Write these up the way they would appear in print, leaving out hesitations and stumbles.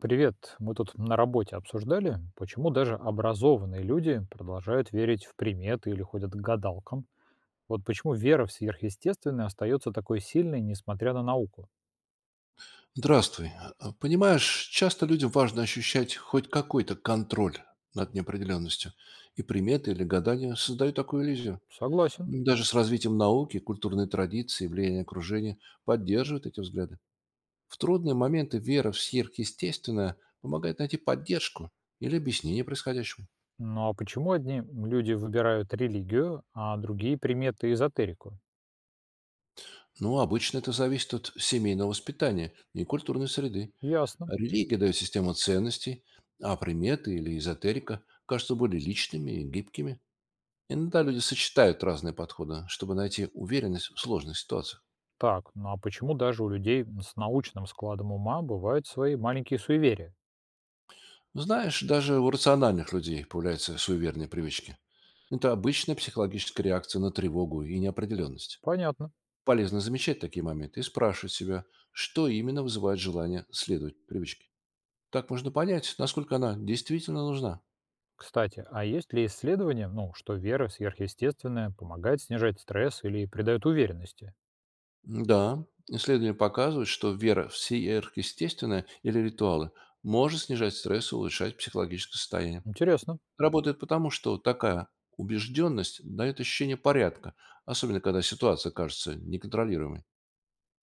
Привет. Мы тут на работе обсуждали, почему даже образованные люди продолжают верить в приметы или ходят к гадалкам. Вот почему вера в сверхъестественное остается такой сильной, несмотря на науку. Здравствуй. Понимаешь, часто людям важно ощущать хоть какой-то контроль над неопределенностью. И приметы или гадания создают такую иллюзию. Согласен. Даже с развитием науки, культурные традиции, влияние окружения поддерживают эти взгляды. В трудные моменты вера в сверхъестественное помогает найти поддержку или объяснение происходящему. Но почему одни люди выбирают религию, а другие приметы и эзотерику? Ну, обычно это зависит от семейного воспитания и культурной среды. Ясно. Религия дает систему ценностей, а приметы или эзотерика кажутся более личными и гибкими. Иногда люди сочетают разные подходы, чтобы найти уверенность в сложных ситуациях. Так, ну а почему даже у людей с научным складом ума бывают свои маленькие суеверия? Знаешь, даже у рациональных людей появляются суеверные привычки. Это обычная психологическая реакция на тревогу и неопределенность. Понятно. Полезно замечать такие моменты и спрашивать себя, что именно вызывает желание следовать привычке. Так можно понять, насколько она действительно нужна. Кстати, а есть ли исследования, ну, что вера сверхъестественная помогает снижать стресс или придает уверенности? Да, исследования показывают, что вера в сверхъестественное или ритуалы может снижать стресс и улучшать психологическое состояние. Интересно. Работает потому, что такая убежденность дает ощущение порядка, особенно когда ситуация кажется неконтролируемой.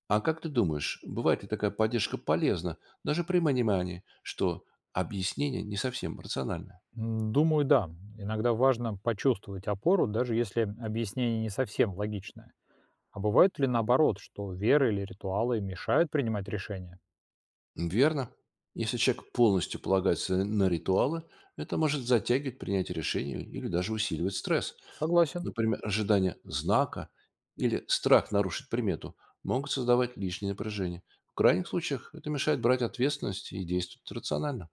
А как ты думаешь, бывает ли такая поддержка полезна, даже при понимании, что объяснение не совсем рациональное? Думаю, да. Иногда важно почувствовать опору, даже если объяснение не совсем логичное. А бывает ли наоборот, что вера или ритуалы мешают принимать решения? Верно. Если человек полностью полагается на ритуалы, это может затягивать принятие решений или даже усиливать стресс. Согласен. Например, ожидание знака или страх нарушить примету могут создавать лишнее напряжение. В крайних случаях это мешает брать ответственность и действовать рационально.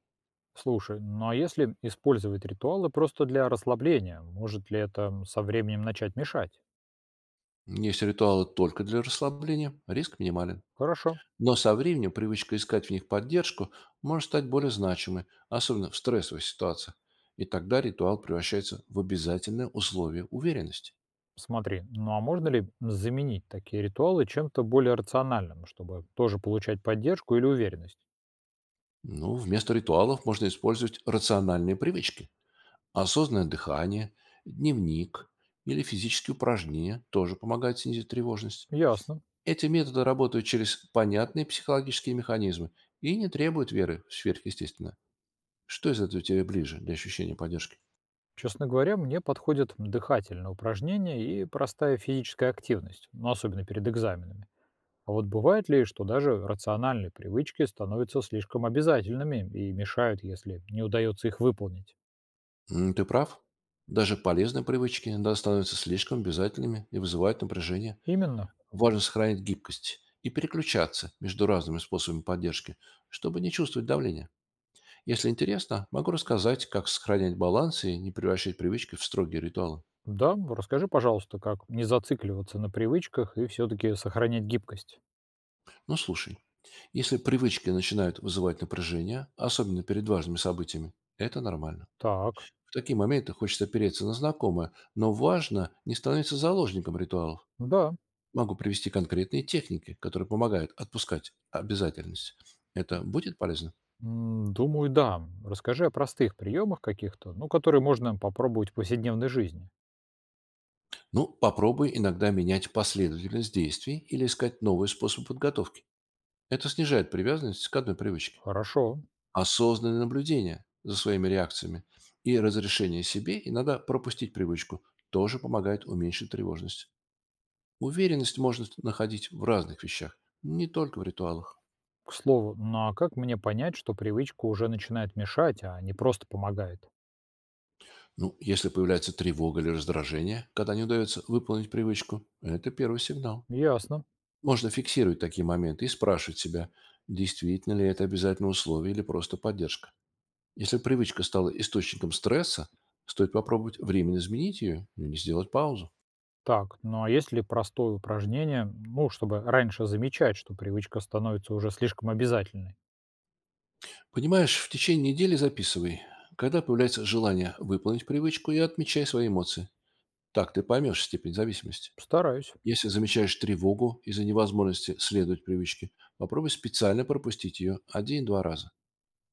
Слушай, ну а если использовать ритуалы просто для расслабления, может ли это со временем начать мешать? Если ритуалы только для расслабления, риск минимален. Хорошо. Но со временем привычка искать в них поддержку может стать более значимой, особенно в стрессовых ситуациях. И тогда ритуал превращается в обязательное условие уверенности. Смотри, ну а можно ли заменить такие ритуалы чем-то более рациональным, чтобы тоже получать поддержку или уверенность? Ну, вместо ритуалов можно использовать рациональные привычки. Осознанное дыхание, дневник или физические упражнения тоже помогают снизить тревожность. Ясно. Эти методы работают через понятные психологические механизмы и не требуют веры в сверхъестественное. Что из этого тебе ближе для ощущения поддержки? Честно говоря, мне подходят дыхательные упражнения и простая физическая активность, ну, особенно перед экзаменами. А вот бывает ли, что даже рациональные привычки становятся слишком обязательными и мешают, если не удается их выполнить? Ты прав. Даже полезные привычки иногда становятся слишком обязательными и вызывают напряжение. Именно. Важно сохранить гибкость и переключаться между разными способами поддержки, чтобы не чувствовать давления. Если интересно, могу рассказать, как сохранять баланс и не превращать привычки в строгие ритуалы. Да, расскажи, пожалуйста, как не зацикливаться на привычках и все-таки сохранять гибкость. Ну, слушай, если привычки начинают вызывать напряжение, особенно перед важными событиями, это нормально. Так, В такие моменты хочется опереться на знакомое, но важно не становиться заложником ритуалов. да. Могу привести конкретные техники, которые помогают отпускать обязательность. Это будет полезно? Думаю, да. Расскажи о простых приемах каких-то, ну, которые можно попробовать в повседневной жизни. Ну, попробуй иногда менять последовательность действий или искать новые способы подготовки. Это снижает привязанность к одной привычке. Хорошо. Осознанное наблюдение за своими реакциями и разрешение себе иногда пропустить привычку тоже помогает уменьшить тревожность. Уверенность можно находить в разных вещах, не только в ритуалах. К слову, ну а как мне понять, что привычка уже начинает мешать, а не просто помогает? Ну, если появляется тревога или раздражение, когда не удается выполнить привычку, это первый сигнал. Ясно. Можно фиксировать такие моменты и спрашивать себя, действительно ли это обязательное условие или просто поддержка. Если привычка стала источником стресса, стоит попробовать временно изменить ее или сделать паузу. Так, ну а есть ли простое упражнение, ну, чтобы раньше замечать, что привычка становится уже слишком обязательной? Понимаешь, в течение недели записывай, когда появляется желание выполнить привычку, и отмечай свои эмоции. Так ты поймешь степень зависимости. Стараюсь. Если замечаешь тревогу из-за невозможности следовать привычке, попробуй специально пропустить ее один-два раза.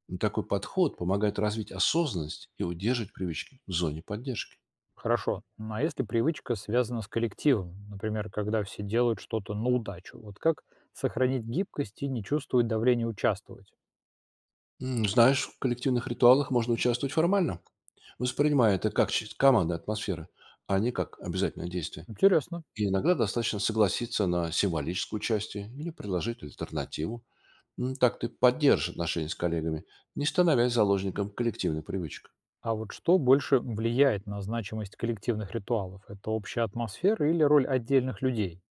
Ну, такой подход помогает развить осознанность и удерживать привычки в зоне поддержки. Хорошо. Ну а если привычка связана с коллективом, например, когда все делают что-то на удачу, вот как сохранить гибкость и не чувствовать давления участвовать? Знаешь, в коллективных ритуалах можно участвовать формально, воспринимая это как часть команды атмосферы, а не как обязательное действие. Интересно. И иногда достаточно согласиться на символическую часть или предложить альтернативу. Так ты поддержишь отношения с коллегами, не становясь заложником коллективной привычек. А вот что больше влияет на значимость коллективных ритуалов? Это общая атмосфера или роль отдельных людей?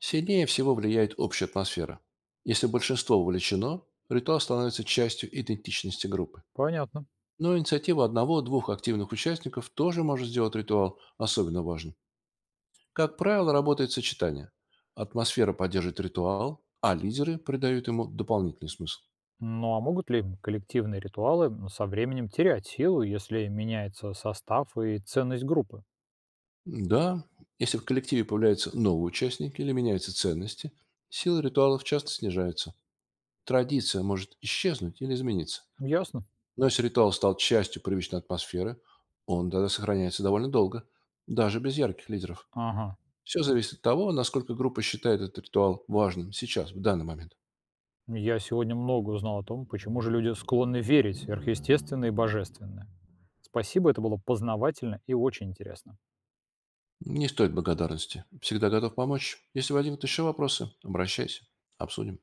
Сильнее всего влияет общая атмосфера. Если большинство увлечено, ритуал становится частью идентичности группы. Понятно. Но инициатива одного-двух активных участников тоже может сделать ритуал особенно важным. Как правило, работает сочетание. Атмосфера поддерживает ритуал, а лидеры придают ему дополнительный смысл. Ну а могут ли коллективные ритуалы со временем терять силу, если меняется состав и ценность группы? Да, если в коллективе появляются новые участники или меняются ценности, сила ритуалов часто снижается. Традиция может исчезнуть или измениться. Ясно. Но если ритуал стал частью привычной атмосферы, он тогда сохраняется довольно долго, даже без ярких лидеров. Ага. Все зависит от того, насколько группа считает этот ритуал важным сейчас, в данный момент. Я сегодня много узнал о том, почему же люди склонны верить в сверхъестественное и божественное. Спасибо, это было познавательно и очень интересно. Не стоит благодарности. Всегда готов помочь. Если возникнут еще вопросы, обращайся. Обсудим.